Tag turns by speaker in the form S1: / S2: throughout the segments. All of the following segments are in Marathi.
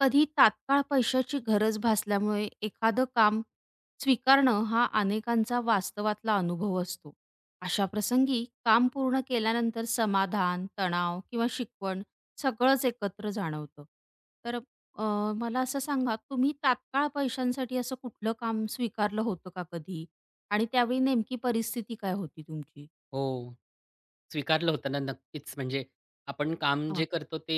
S1: कधी तात्काळ पैशाची गरज भासल्यामुळे एखादं काम स्वीकारणं हा अनेकांचा वास्तवातला अनुभव असतो. अशा प्रसंगी काम पूर्ण केल्यानंतर समाधान, तणाव किंवा शिकवण सगळंच एकत्र जाणवतं. तर अ, मला असं सांगा, तुम्ही तात्काळ पैशांसाठी असं कुठलं काम स्वीकारलं होतं का कधी? आणि त्यावेळी नेमकी परिस्थिती काय होती तुमची?
S2: हो, स्वीकारलं होतं ना, नक्कीच. म्हणजे आपण काम जे
S1: हां.
S2: करतो ते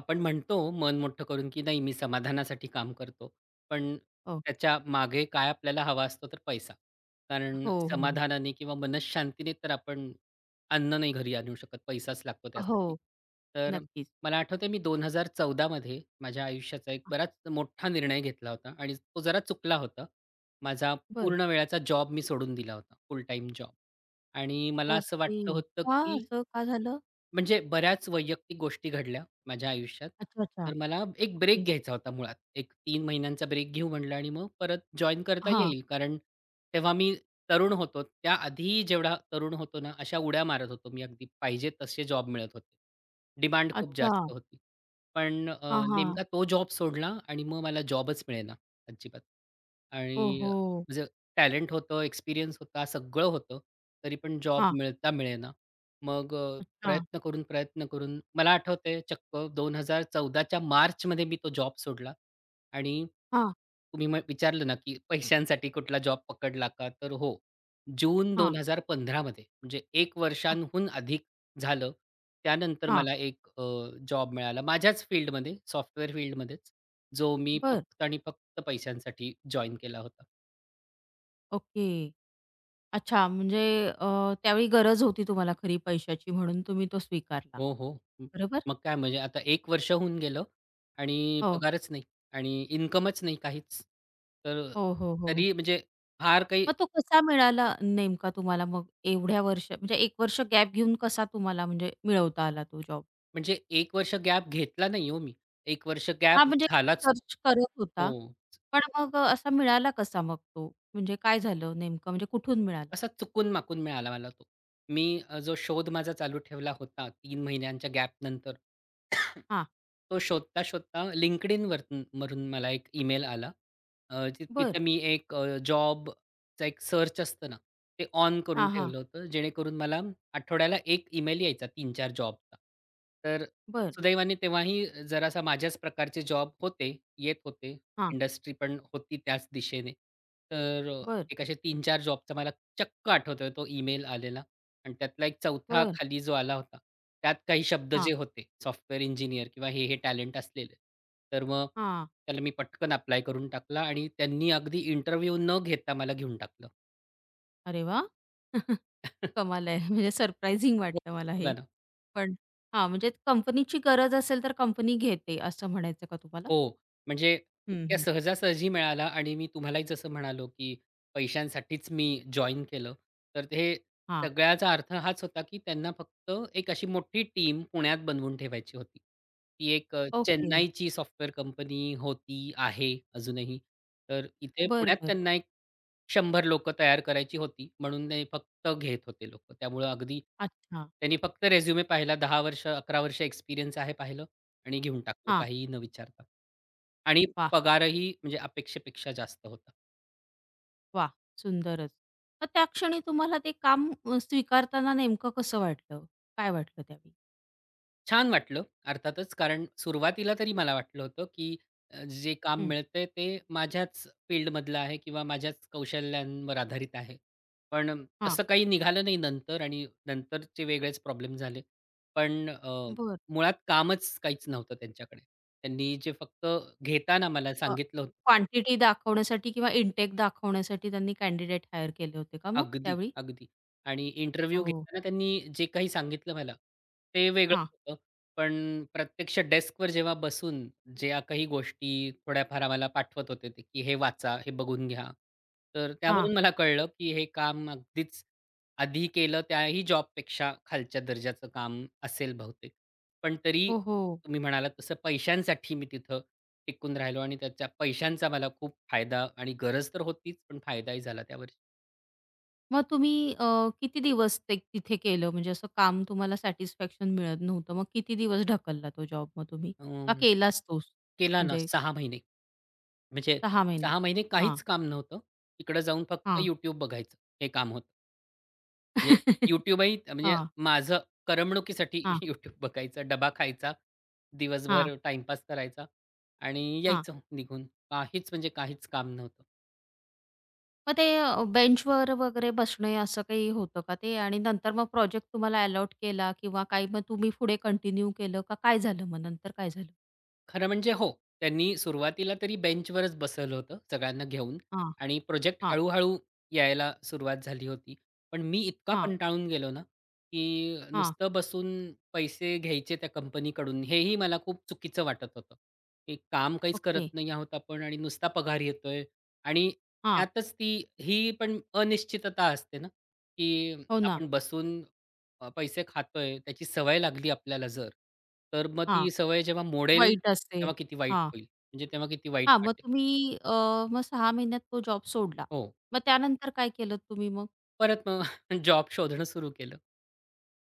S2: आपण म्हणतो मन मोठं करून, की नाही मी समाधानासाठी काम करतो. पण
S1: हो.
S2: त्याच्या मागे काय आपल्याला हवा असतो तर पैसा. कारण
S1: हो, हो.
S2: समाधानाने किंवा मनःशांतीने तर आपण अन्न नाही घरी आणू शकत. पैसाच लागतो
S1: हो,
S2: त्यासाठी. तर
S1: नक्कीच.
S2: मला आठवतंय मी 2014 मध्ये माझ्या आयुष्याचा एक बराच मोठा निर्णय घेतला होता आणि तो जरा चुकला होता. माझा
S1: बरं.
S2: पूर्ण वेळाचा जॉब मी सोडून दिला होता, फुल टाईम जॉब. आणि मला असं वाटलं
S1: ओके.
S2: होतं,
S1: का
S2: की
S1: असं का झालं?
S2: म्हणजे बऱ्याच वैयक्तिक गोष्टी घडल्या माझ्या आयुष्यात.
S1: अच्छा, अच्छा.
S2: तर मला एक ब्रेक
S1: ओके.
S2: घ्यायचा होता मुळात. एक तीन महिन्यांचा ब्रेक घेऊ म्हटलं आणि मग परत जॉइन करता
S1: हां.
S2: येईल. कारण तेव्हा मी तरुण होतो. त्याआधी जेवढा तरुण होतो ना, अशा उड्या मारत होतो मी अगदी पाहिजे तसे जॉब मिळत होते. डिमांड खूप
S1: अच्छा.
S2: जास्त होती. पण
S1: हां, हां.
S2: नेमका तो जॉब सोडला आणि मग मला जॉबच मिळेना अजिबात. आणि
S1: ओहो!
S2: माझं टॅलेंट होतं, एक्सपिरियन्स होता, सगळं होतं. तरी पण जॉब
S1: हां.
S2: मिळता मिळेना. मग
S1: अच्छा.
S2: प्रयत्न करून, प्रयत्न करून मला आठवतंय चक्क 2014च्या मार्चमध्ये मी तो जॉब सोडला आणि
S1: हां,
S2: तुम्ही विचारलं ना, की पैशांसाठी कुठला जॉब पकडला का? तर हो, जून
S1: हां,
S2: 2015 मध्ये म्हणजे 1
S1: हां,
S2: वर्षांहून अधिक झालं. त्यानंतर
S1: हां.
S2: मला एक जॉब मिळाला माझ्याच फील्डमध्ये, सॉफ्टवेअर फील्डमध्येच, जो मी
S1: बरं.
S2: फक्त आणि फक्त पैशांसाठी जॉइन केला होता.
S1: ओके. अच्छा म्हणजे त्यावेळी गरज होती तुम्हाला खरी पैशाची म्हणून तुम्ही तो स्वीकारला.
S2: हो, हो. म
S1: बरोबर?
S2: मग काय म्हणजे आता एक वर्ष होऊन गेलं आणि
S1: हो.
S2: पगारच नाही आणि इन्कमच नाही काहीच. तर
S1: हो, हो, हो.
S2: तरी म्हणजे फार काही
S1: मग तो कसा मिळाला नेमका तुम्हाला मग एवढ्या वर्ष म्हणजे 1 वर्ष गॅप घेऊन कसा तुम्हाला म्हणजे मिळवता आला तो जॉब?
S2: म्हणजे 1 वर्ष गॅप घेतला नाही हो मी. एक वर्ष गॅप
S1: हां, म्हणजे
S2: झालाच.
S1: सर्च करत होता.
S2: हो.
S1: पण मग असा मिळाला कसा मग तो? म्हणजे काय झालं नेमकं म्हणजे कुठून मिळाला?
S2: असा चुकून-माकून मिळाला मला तो. मी जो शोध माझा चालू ठेवला होता 3 महिन्यांच्या गॅपनंतर,
S1: हां.
S2: तो शोधता-शोधता LinkedIn वरतून वरून वरून मला एक ईमेल आला. अ, ति
S1: बरं.
S2: तिथे मी एक जॉबचा एक सर्च असतं ना, ते ऑन करून
S1: हां, हां.
S2: ठेवलं होतं, जेणेकरून मला आठवड्याला 1 ईमेल यायचा 3-4 जॉबचा. तर
S1: बरं.
S2: सुदैवाने तेव्हाही जरासा माझ्याच प्रकारचे जॉब होते, येत होते.
S1: हां.
S2: इंडस्ट्री पण होती त्याच दिशेने. तर
S1: बरं,
S2: एक असे 3-4 जॉबचा मला चक्क आठवतोय तो ईमेल आलेला आणि त्यातला एक चौथा
S1: बरं.
S2: खाली जो आला होता, त्यात काही शब्द
S1: हां,
S2: जे होते सॉफ्टवेअर इंजिनिअर किंवा हे टॅलेंट असलेले. तर मग
S1: हां.
S2: त्याला मी पटकन अप्लाय करून टाकला आणि त्यांनी अगदी इंटरव्ह्यू न घेता मला घेऊन टाकलं.
S1: अरे वाह! कमाल आहे. म्हणजे सरप्रायझिंग
S2: हो.
S1: वाटलं मला
S2: बघा
S1: हे.
S2: ना.
S1: पण हां, म्हणजे कंपनीची गरज असेल तर कंपनी घेते असं म्हणायचं का तुम्हाला?
S2: हो, म्हणजे
S1: हं,
S2: इतक्या
S1: हं.
S2: सहजासहजी मिळाला आणि मी तुम्हालाही जसं म्हणालो, की पैशांसाठीच मी जॉइन केलं. तर हे
S1: हां.
S2: सगळ्याचा अर्थ हाच होता, की त्यांना फक्त एक अशी मोठी टीम पुण्यात बनवून ठेवायची होती. ती एक
S1: ओके.
S2: चेन्नईची सॉफ्टवेअर कंपनी होती, आहे अजूनही. तर इथे
S1: बरं,
S2: पुण्यात
S1: बरं.
S2: त्यांना एक 100 लोकं तयार करायची होती, म्हणून ते फक्त घेत होते लोकं. त्यामुळं अगदी
S1: अच्छा.
S2: त्यांनी फक्त रिझ्यूमे पाहिला, 10 वर्ष, 11 वर्ष एक्सपिरियन्स आहे पाहिलं. आणि घेऊन टाकलं
S1: हां.
S2: काहीही न विचारता. आणि
S1: वाह!
S2: पगारही म्हणजे अपेक्षेपेक्षा जास्त होता.
S1: वाह! सुंदरच. मग त्या क्षणी तुम्हाला ते काम स्वीकारताना नेमकं कसं वाटलं? काय वाटलं त्यावेळी?
S2: छान वाटलं अर्थातच कारण सुरुवातीला तरी मला वाटलं होतं, की जे काम
S1: हं.
S2: मिळतंय ते माझ्याच फील्डमधलं आहे किंवा माझ्याच कौशल्यांवर आधारित आहे. पण
S1: हां.
S2: तसं काही निघालं नाही नंतर आणि नंतरचे वेगळेच प्रॉब्लेम झाले. पण
S1: बरं.
S2: मुळात कामच काहीच नव्हतं त्यांच्याकडे. त्यांनी जे फक्त घेताना मला सांगितलं
S1: क्वांटिटी दाखवण्यासाठी किंवा इनटेक दाखवण्यासाठी त्यांनी कॅन्डिडेट हायर केले होते का मग
S2: अगदी,
S1: त्यावेळी?
S2: अगदी. आणि इंटरव्ह्यू
S1: ओह!
S2: घेताना त्यांनी जे काही सांगितलं मला, ते वेगळं
S1: हां,
S2: होतं. पण प्रत्यक्ष डेस्कवर जेव्हा बसून ज्या काही गोष्टी थोड्याफार आम्हाला पाठवत होते ते, की हे वाचा, हे बघून घ्या. तर
S1: हां.
S2: त्यावरून मला कळलं, की हे काम अगदीच आधी केलं त्याही जॉबपेक्षा खालच्या दर्जाचं काम असेल बहुतेक. पण तरी
S1: ओहो!
S2: तुम्ही म्हणालात तसं पैशांसाठी मी तिथं टिकून राहिलो आणि त्याच्या पैशांचा मला खूप फायदा आणि गरज तर होतीच, पण फायदाही झाला त्यावर.
S1: मग तुम्ही किती दिवस ते तिथे केलं? म्हणजे असं काम तुम्हाला सॅटिस्फॅक्शन मिळत नव्हतं. मग किती दिवस ढकलला तो जॉब मग तुम्ही? का केलाच तोच?
S2: केला ना
S1: म्हणजे
S2: 6 महिने. म्हणजे
S1: 6 महिने?
S2: 6 महिने
S1: हां,
S2: काहीच काम नव्हतं. तिकडं जाऊन फक्त
S1: हां.
S2: YouTube बघायचं हे काम होतं. म्हणजे YouTubeही म्हणजे
S1: हां,
S2: माझं करमणुकीसाठी
S1: हां,
S2: YouTube बघायचं, डबा खायचा,
S1: हां,
S2: दिवसभर टाईमपास करायचा आणि
S1: हां.
S2: यायचं निघून. काहीच म्हणजे काहीच काम नव्हतं.
S1: मग ते बेंचवर वगैरे बसणे असं काही होतं का ते? आणि नंतर मग प्रोजेक्ट तुम्हाला अलॉट केला किंवा काही मग तुम्ही पुढे कंटिन्यू केलं का काय झालं मग नंतर काय झालं?
S2: खरं म्हणजे हो. त्यांनी सुरुवातीला तरी बेंचवरच बसवलं होतं सगळ्यांना घेऊन
S1: हां,
S2: आणि प्रोजेक्ट
S1: हां,
S2: हळू-हळू यायला सुरुवात झाली होती. पण मी इतका
S1: हां,
S2: कंटाळून गेलो ना, की
S1: हां.
S2: नुसतं बसून पैसे घ्यायचे त्या कंपनीकडून हेही मला खूप चुकीचं वाटत होतं. की काम काहीच करत
S1: ओके.
S2: नाही आहोत आपण आणि नुसता पगार येतोय आणि
S1: हां.
S2: त्यातच ती ही पण अनिश्चितता असते ना, की
S1: हो ना.
S2: आपण बसून पैसे खातोय, त्याची सवय लागली आपल्याला जर, तर मग ती सवय जेव्हा मोडेल,
S1: वाईट असते.
S2: तेव्हा किती वाईट
S1: हां,
S2: होईल. म्हणजे तेव्हा किती वाईट
S1: हां. मग
S2: वाटेल.
S1: तुम्ही मग 6 महिन्यात तो जॉब सोडला.
S2: हो.
S1: मग त्यानंतर काय केलत तुम्ही मग?
S2: परत मग जॉब शोधणं सुरू केलं.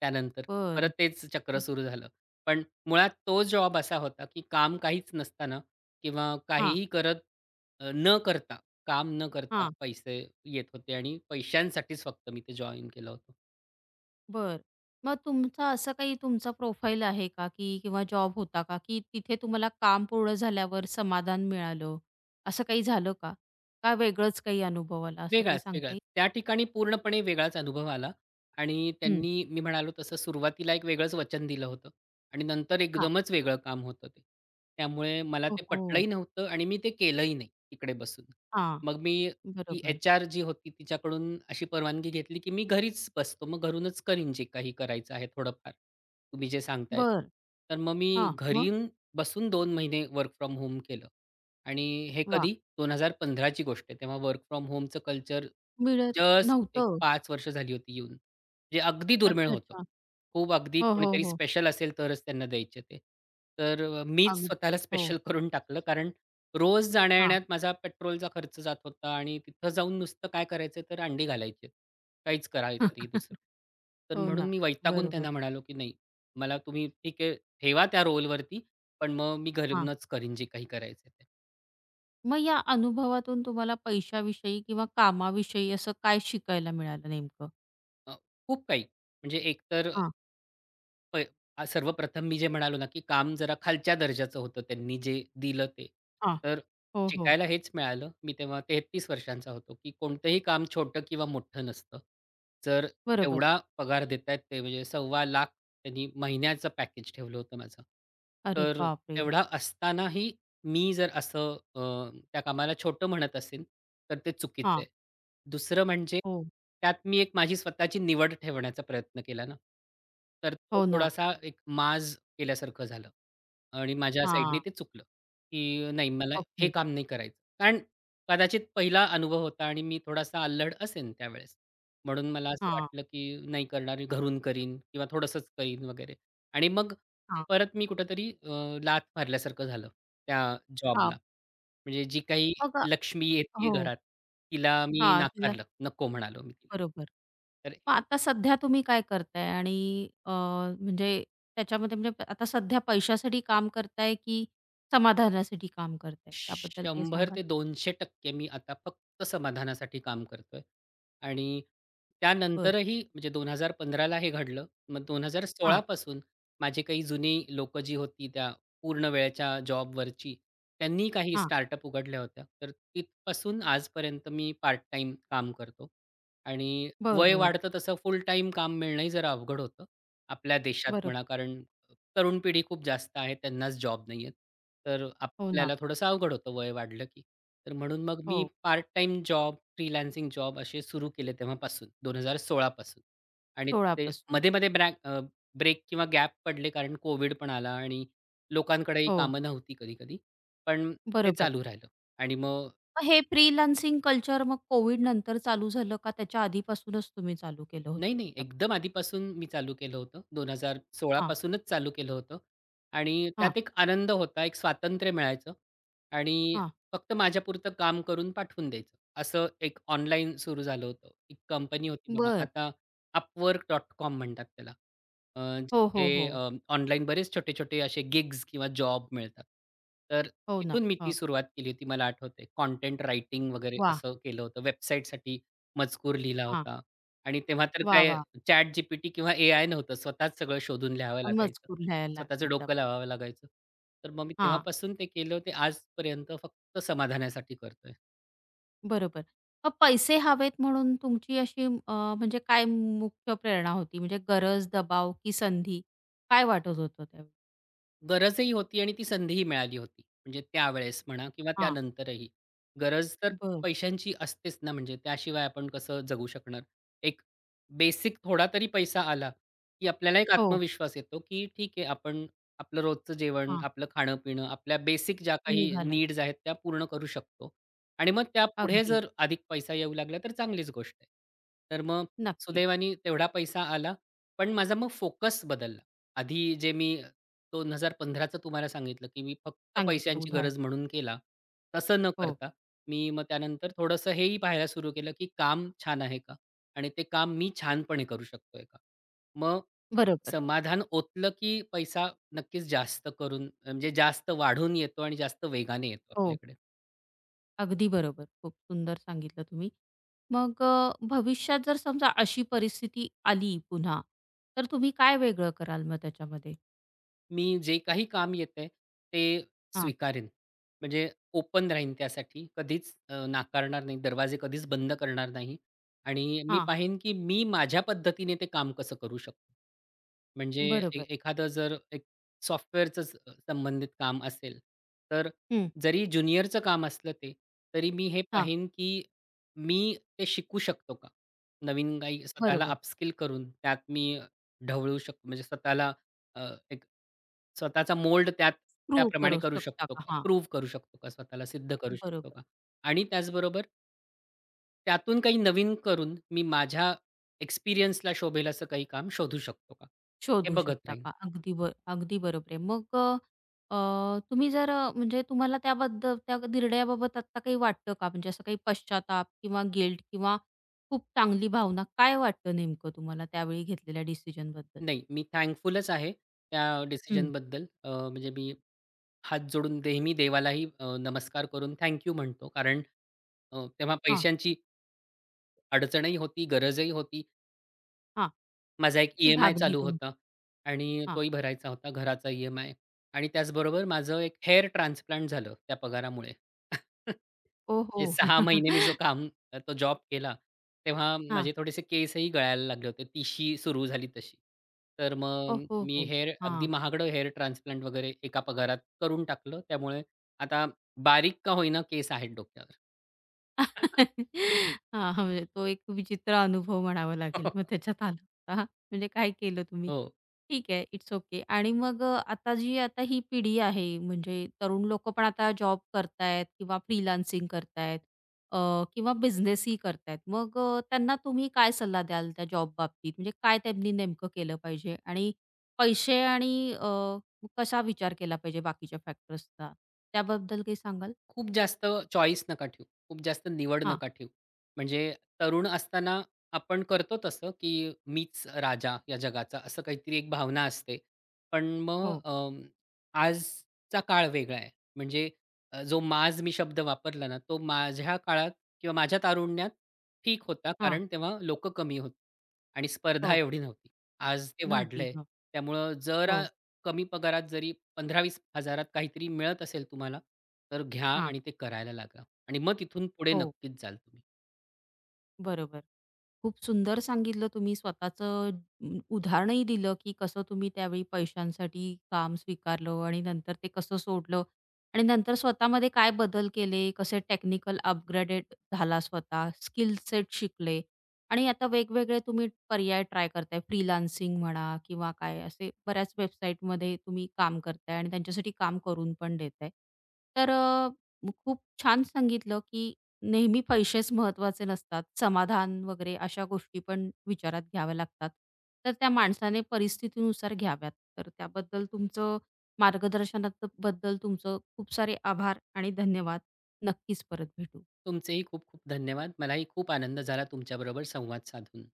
S2: त्यानंतर परत
S1: बरं.
S2: तेच चक्र सुरू झालं. पण मुळात तो जॉब असा होता, की काम काहीच नसताना किंवा
S1: हां,
S2: काहीही करत न करता, काम न करता
S1: हां.
S2: पैसे येत होते आणि पैशांसाठीच फक्त मी ते जॉइन केलं होतं.
S1: बरं. मग तुमचा असं काही तुमचा प्रोफाईल आहे का, की किंवा जॉब होता का, की तिथे तुम्हाला काम पूर्ण झाल्यावर समाधान मिळालं? असं काही झालं का? का वेगळंच काही अनुभव आला असं काही
S2: वेगळाच,
S1: सांगता
S2: वेगळाच.
S1: येईल?
S2: त्या ठिकाणी पूर्णपणे वेगळाच अनुभव आला आणि
S1: हं.
S2: त्यांनी मी म्हणालो तसं सुरुवातीला एक वेगळंच वचन दिलं होतं आणि नंतर
S1: हां.
S2: एकदमच वेगळं काम होतं ते. त्यामुळे मला
S1: हो,
S2: ते
S1: हो.
S2: पटलंही नव्हतं आणि मी ते केलंही नाही तिकडे बसून.
S1: हां.
S2: मग मी ती
S1: बरोबर.
S2: एचआर जी होती तिच्याकडून अशी परवानगी घेतली, की मी घरीच बसतो. मग घरूनच करीन जे काही करायचं आहे थोडंफार, तुम्ही जे सांगताय.
S1: बरं.
S2: तर मग मी
S1: हां. मग?
S2: घरी बसून 2 महिने वर्क फ्रॉम होम केलं. आणि हे
S1: वाह!
S2: कधी 2015 ची गोष्ट आहे. तेव्हा वर्क फ्रॉम होमचं कल्चर
S1: मिळत
S2: जस्ट एक
S1: नव्हतं.
S2: पाच वर्ष झाली होती येऊन. जे अगदी दुर्मिळ
S1: अच्छा,
S2: होतं.
S1: अच्छा.
S2: खूप अगदी
S1: हो, हो,
S2: कोणीतरी
S1: हो.
S2: स्पेशल असेल तरच त्यांना द्यायचे ते. तर मीच
S1: अग
S2: स्वतःला
S1: हो.
S2: स्पेशल करून टाकलं. कारण रोज
S1: हां.
S2: जाण्या-येण्यात माझा पेट्रोलचा खर्च जात होता आणि तिथं जाऊन नुसतं काय करायचं तर अंडी घालायचे. काहीच करायचं नाही दुसरं. तर
S1: हो
S2: म्हणून
S1: ना.
S2: मी वैतागून
S1: बरोबर.
S2: त्यांना म्हणालो, की "नाही, मला तुम्ही ठीक आहे ठेवा त्या रोलवरती, पण मग मी
S1: हां.
S2: घरूनच करीन जे काही करायचं
S1: मग या अनुभवातून तुम्हाला पैशाविषयी किंवा कामाविषयी असं काय शिकायला मिळालं नेमकं?
S2: अ, खूप काही. म्हणजे एकतर
S1: हां,
S2: प सर्वप्रथम मी जे म्हणालो ना, की काम जरा खालच्या दर्जाचं होतं त्यांनी जे दिलं ते.
S1: हां.
S2: तर
S1: हो, हो.
S2: शिकायला हेच मिळालं. मी तेव्हा 33 वर्षांचा होतो, की कोणतंही काम छोटं किंवा मोठं नसतं. जर
S1: बरोबर.
S2: एवढा पगार देत आहेत ते म्हणजे ₹2,25,000 त्यांनी महिन्याचं पॅकेज ठेवलं होतं माझं.
S1: अरे
S2: तर
S1: बापरे!
S2: एवढा असतानाही मी जर असं त्या कामाला छोटं म्हणत असेन, तर ते चुकीचं
S1: हां.
S2: आहे. दुसरं म्हणजे
S1: हो.
S2: त्यात मी एक माझी स्वतःची निवड ठेवण्याचा प्रयत्न केला ना, तर तो
S1: हो ना.
S2: थोडासा एक माज केल्यासारखं झालं आणि माझ्या साईडनी
S1: हां.
S2: ते चुकलं, की नाही मला
S1: ओके.
S2: हे काम नाही करायचं. कारण कदाचित पहिला अनुभव होता आणि मी थोडासा अल्लड असेन त्यावेळेस. म्हणून मला असं
S1: हां,
S2: वाटलं, की नाही करणार मी घरून करीन किंवा थोडंसंच करीन वगैरे आणि मग
S1: हां,
S2: परत मी कुठेतरी लाथ मारल्यासारखं झालं त्या
S1: हां.
S2: जॉबला. म्हणजे जी काही
S1: मग
S2: लक्ष्मी येते
S1: हो.
S2: घरात, तिला मी
S1: हां, तिला
S2: नाकारलं. नको म्हणालो मी तिला.
S1: बरोबर.
S2: तर
S1: मग आता सध्या तुम्ही काय करताय? आणि अ, म्हणजे त्याच्यामध्ये म्हणजे आता सध्या पैशासाठी काम करताय की समाधानासाठी काम करताय? त्याबद्दल काही
S2: 100
S1: सांगाल?
S2: ते 200% मी आता फक्त समाधानासाठी काम करतोय. आणि
S1: बरं.
S2: त्यानंतरही म्हणजे 2015 ला हे घडलं. मग 2016
S1: हां,
S2: पासून माझी काही जुनी लोकं जी होती त्या पूर्ण वेळेच्या जॉबवरची, त्यांनी काही
S1: हां.
S2: स्टार्टअप उघडल्या होत्या. तर तिथपासून आजपर्यंत मी पार्ट टाईम काम करतो. आणि
S1: बरं,
S2: वय
S1: बरं.
S2: वाढतं तसं फुल टाईम काम मिळणंही जरा अवघड होतं. आपल्या देशात म्हणा
S1: बरोबर.
S2: कारण तरुण पिढी खूप जास्त आहे, त्यांनाच जॉब नाहीयेत. तर
S1: हो ना.
S2: आपल्याला थोडंसं अवघड होतं वय वाढलं की. तर म्हणून मग मी
S1: हो.
S2: Part time job, freelancing job असे सुरू केले तेव्हापासून 2016 पासून आणि
S1: 16
S2: ते
S1: पासून.
S2: मध्ये-मध्ये ब्रेक किंवा गॅप पडले कारण कोव्हिड पण आला आणि लोकांकडेही
S1: हो.
S2: कामं नव्हती कधी-कधी. पण ते
S1: बरोबर.
S2: चालू राहिलं आणि मग
S1: मग हे फ्रीलान्सिंग कल्चर मग कोविड नंतर चालू झालं का त्याच्या आधीपासूनच तुम्ही चालू केलं होतं
S2: नाही, नाही.
S1: त्याच्या
S2: एकदम आधीपासून मी चालू केलं होतं. 2016
S1: हां,
S2: पासूनच चालू केलं होतं आणि
S1: हां,
S2: त्यात एक आनंद होता, एक स्वातंत्र्य मिळायचं आणि
S1: हां.
S2: फक्त माझ्यापुरतं काम करून पाठवून द्यायचं. असं एक ऑनलाईन सुरू झालं होतं. एक कंपनी होती बघा,
S1: बरं.
S2: आता Upwork.com म्हणतात त्याला. अ,
S1: हो, हो,
S2: जिथे
S1: हो.
S2: ऑनलाईन बरेच छोटे-छोटे असे गिग्स किंवा जॉब मिळतात. तर
S1: हो ना.
S2: तिथून मी ती
S1: हं.
S2: सुरुवात केली होती. मला आठवतंय. कंटेंट रायटिंग वगैरे
S1: वाह!
S2: असं केलं होतं. वेबसाईटसाठी मजकूर लिहिला
S1: हां.
S2: होता. आणि तेव्हा तर
S1: वाह,
S2: काय
S1: वाह!
S2: चॅट जीपीटी किंवा एआय नव्हतं. स्वतःच सगळं शोधून लिहावं लागायचं.
S1: मजकूर लिहायला
S2: स्वतःचं
S1: त्याचा.
S2: डोकं लावावं लागायचं. तर मग मी
S1: हां.
S2: तेव्हापासून ते केलं ते आजपर्यंत फक्त समाधानासाठी करतोय.
S1: बरोबर. मग पैसे हवेत म्हणून तुमची अशी म्हणजे काय मुख्य प्रेरणा होती? म्हणजे गरज, दबाव की संधी? काय वाटत होतं त्यावेळी?
S2: गरजही होती आणि ती संधीही मिळाली होती. म्हणजे त्यावेळेस म्हणा किंवा
S1: हां.
S2: त्यानंतरही. गरज तर
S1: बरं.
S2: पैशांची असतेच ना, म्हणजे त्याशिवाय आपण कसं जगू शकणार? एक बेसिक थोडा तरी पैसा आला, की आपल्याला एक
S1: हो.
S2: आत्मविश्वास येतो, की ठीक आहे आपण आपलं रोजचं जेवण,
S1: हां.
S2: आपलं खाणं-पिणं, आपल्या बेसिक ज्या काही
S1: निघालं.
S2: नीड्स आहेत त्या पूर्ण करू शकतो. आणि मग त्यापुढे
S1: अगदी.
S2: जर अधिक पैसा येऊ लागला तर चांगलीच गोष्ट आहे. तर मग
S1: नक्कीच.
S2: सुदैवाने तेवढा पैसा आला, पण माझा मग फोकस बदलला. आधी जे मी 2015चं तुम्हाला सांगितलं, की मी फक्त
S1: सांगितलं
S2: पैशांची
S1: उदाहरण.
S2: गरज म्हणून केला. तसं न
S1: हो.
S2: करता मी मग त्यानंतर थोडंसं हेही पाहायला सुरू केलं, की काम छान आहे का? आणि ते काम मी छानपणे करू शकतोय का? मग
S1: बरोबर.
S2: समाधान ओतलं, की पैसा नक्कीच जास्त करून म्हणजे जास्त वाढून येतो आणि जास्त वेगाने येतो
S1: हो.
S2: आपल्याकडे.
S1: अगदी बरोबर. खूप सुंदर सांगितलं तुम्ही. मग भविष्यात जर समजा अशी परिस्थिती आली पुन्हा, तर तुम्ही काय वेगळं कराल मग त्याच्यामध्ये?
S2: मी जे काही काम येते, ते
S1: हां,
S2: स्वीकारेन. म्हणजे ओपन राहीन त्यासाठी. कधीच नाकारणार नाही. दरवाजे कधीच बंद करणार नाही. आणि मी
S1: हां.
S2: पाहिन की मी माझ्या पद्धतीने ते काम कसं करू शकतो. म्हणजे
S1: बरोबर.
S2: एखादं जर एक सॉफ्टवेअरचंच संबंधित काम असेल, तर
S1: हं.
S2: जरी ज्युनियरचं काम असलं ते, तरी मी हे
S1: हां.
S2: पाहीन, की मी ते शिकू शकतो का? नवीन काही स्वतःला
S1: बरोबर.
S2: अपस्किल करून त्यात मी ढवळू शकतो. म्हणजे स्वतःला एक स्वतःचा मोल्ड त्यात
S1: प्रूव्ह
S2: त्याप्रमाणे
S1: करू
S2: करू
S1: शकता
S2: शकतो
S1: का?
S2: का?
S1: हां.
S2: प्रूव्ह करू शकतो का? स्वतःला सिद्ध करू शकतो
S1: बरोबर.
S2: का? आणि त्याचबरोबर त्यातून काही नवीन करून मी माझ्या एक्सपिरियन्सला शोभेल असं काही काम शोधू शकतो का? हे
S1: शोधू
S2: बघत
S1: शकता
S2: राहीन.
S1: का? अगदी बरोबर आहे. मग अ, अ, तुम्ही जर म्हणजे तुम्हाला त्याबद्दल त्या निर्णयाबाबत आत्ता काही वाटतं का? म्हणजे असं काही पश्चाताप किंवा गिल्ट किंवा खूप चांगली भावना काय वाटतं नेमकं तुम्हाला त्यावेळी घेतलेल्या डिसिजनबद्दल?
S2: नाही, मी थँकफुलच आहे त्या
S1: हं.
S2: डिसिजनबद्दल. म्हणजे मी हात जोडून नेहमी देवालाही नमस्कार करून थँक म्हणतो. कारण तेव्हा
S1: हां,
S2: पैशांची अडचणही होती, गरजही होती.
S1: हां.
S2: माझा एक
S1: ती
S2: ई-एम-आय
S1: भागली
S2: चालू
S1: तुमची.
S2: होता आणि
S1: हां.
S2: तोही भरायचा होता, घराचा ई-एम-आय आणि त्याचबरोबर माझं एक हेअर ट्रान्सप्लांट झालं त्या पगारामुळे.
S1: ओहो!
S2: म्हणजे सहा
S1: हां.
S2: महिने मी जो काम तो जॉब केला, तेव्हा माझे थोडेसे केसही गळायला लागले होते, तिशी सुरू झाली तशी. तर
S1: ओ,
S2: मग
S1: हो,
S2: मी
S1: हो.
S2: हेअर अगदी
S1: हां.
S2: महागडं हेअर ट्रान्सप्लांट वगैरे एका पगारात करून टाकलं. त्यामुळे आता बारीक का होईना केस आहेत डोक्यावर.
S1: हां, हां. म्हणजे तो एक विचित्र अनुभव म्हणावा लागेल. मग त्याच्यात आलं होता. म्हणजे काय केलं तुम्ही?
S2: हो.
S1: ठीक आहे, इट्स ओके. आणि मग आता जी आता ही पिढी आहे म्हणजे तरुण लोकं पण आता जॉब करतायत किंवा फ्रीलान्सिंग करतायत अ, किंवा बिझनेसही करतायत. मग त्यांना तुम्ही काय सल्ला द्याल त्या जॉब बाबतीत? म्हणजे काय त्यांनी नेमकं केलं पाहिजे? आणि पैसे आणि कसा विचार केला पाहिजे बाकीच्या फॅक्टर्सचा? त्याबद्दल काही सांगाल?
S2: खूप जास्त चॉईस नका ठेवू. खूप जास्त निवड
S1: हां.
S2: नका ठेवू. म्हणजे तरुण असताना आपण करतो तसं, की मीच राजा या जगाचा असं काहीतरी एक भावना असते. पण मग
S1: हो.
S2: आजचा काळ वेगळा आहे. म्हणजे जो माज मी शब्द वापरला ना, तो माझ्या काळात किंवा माझ्या तारुण्यात ठीक होता.
S1: हां.
S2: कारण तेव्हा लोकं कमी होती आणि स्पर्धा
S1: हो.
S2: एवढी नव्हती. आज ते
S1: नव्हती.
S2: वाढलंय.
S1: हं.
S2: त्यामुळं जरा
S1: हो.
S2: कमी पगारात जरी 15,000-20,000त काहीतरी मिळत असेल तुम्हाला, तर घ्या
S1: हां.
S2: आणि ते करायला लागा आणि मग तिथून पुढे
S1: हो.
S2: नक्कीच जाल तुम्ही.
S1: बरोबर. खूप सुंदर सांगितलं तुम्ही स्वतःचं उदाहरणही दिलं, की कसं तुम्ही त्यावेळी पैशांसाठी काम स्वीकारलं आणि नंतर ते कसं सोडलं आणि नंतर स्वतःमध्ये काय बदल केले, कसे टेक्निकल अपग्रेडेड झाला स्वतः, स्किल सेट शिकले आणि आता वेगवेगळे तुम्ही पर्याय ट्राय करताय. फ्रीलान्सिंग म्हणा किंवा काय असे बऱ्याच वेबसाईटमध्ये तुम्ही काम करताय आणि त्यांच्यासाठी काम करून पण देताय. तर खूप छान सांगितलं, की नेहमी पैसेच महत्वाचे नसतात. समाधान वगैरे अशा गोष्टी पण विचारात घ्याव्या लागतात. तर त्या माणसाने परिस्थितीनुसार घ्याव्यात. तर त्याबद्दल तुमचं मार्गदर्शनाबद्दल तुमचं खूप सारे आभार आणि धन्यवाद. नक्कीच परत भेटू.
S2: तुमचेही खूप खूप धन्यवाद. मलाही खूप आनंद झाला तुमच्याबरोबर संवाद साधून.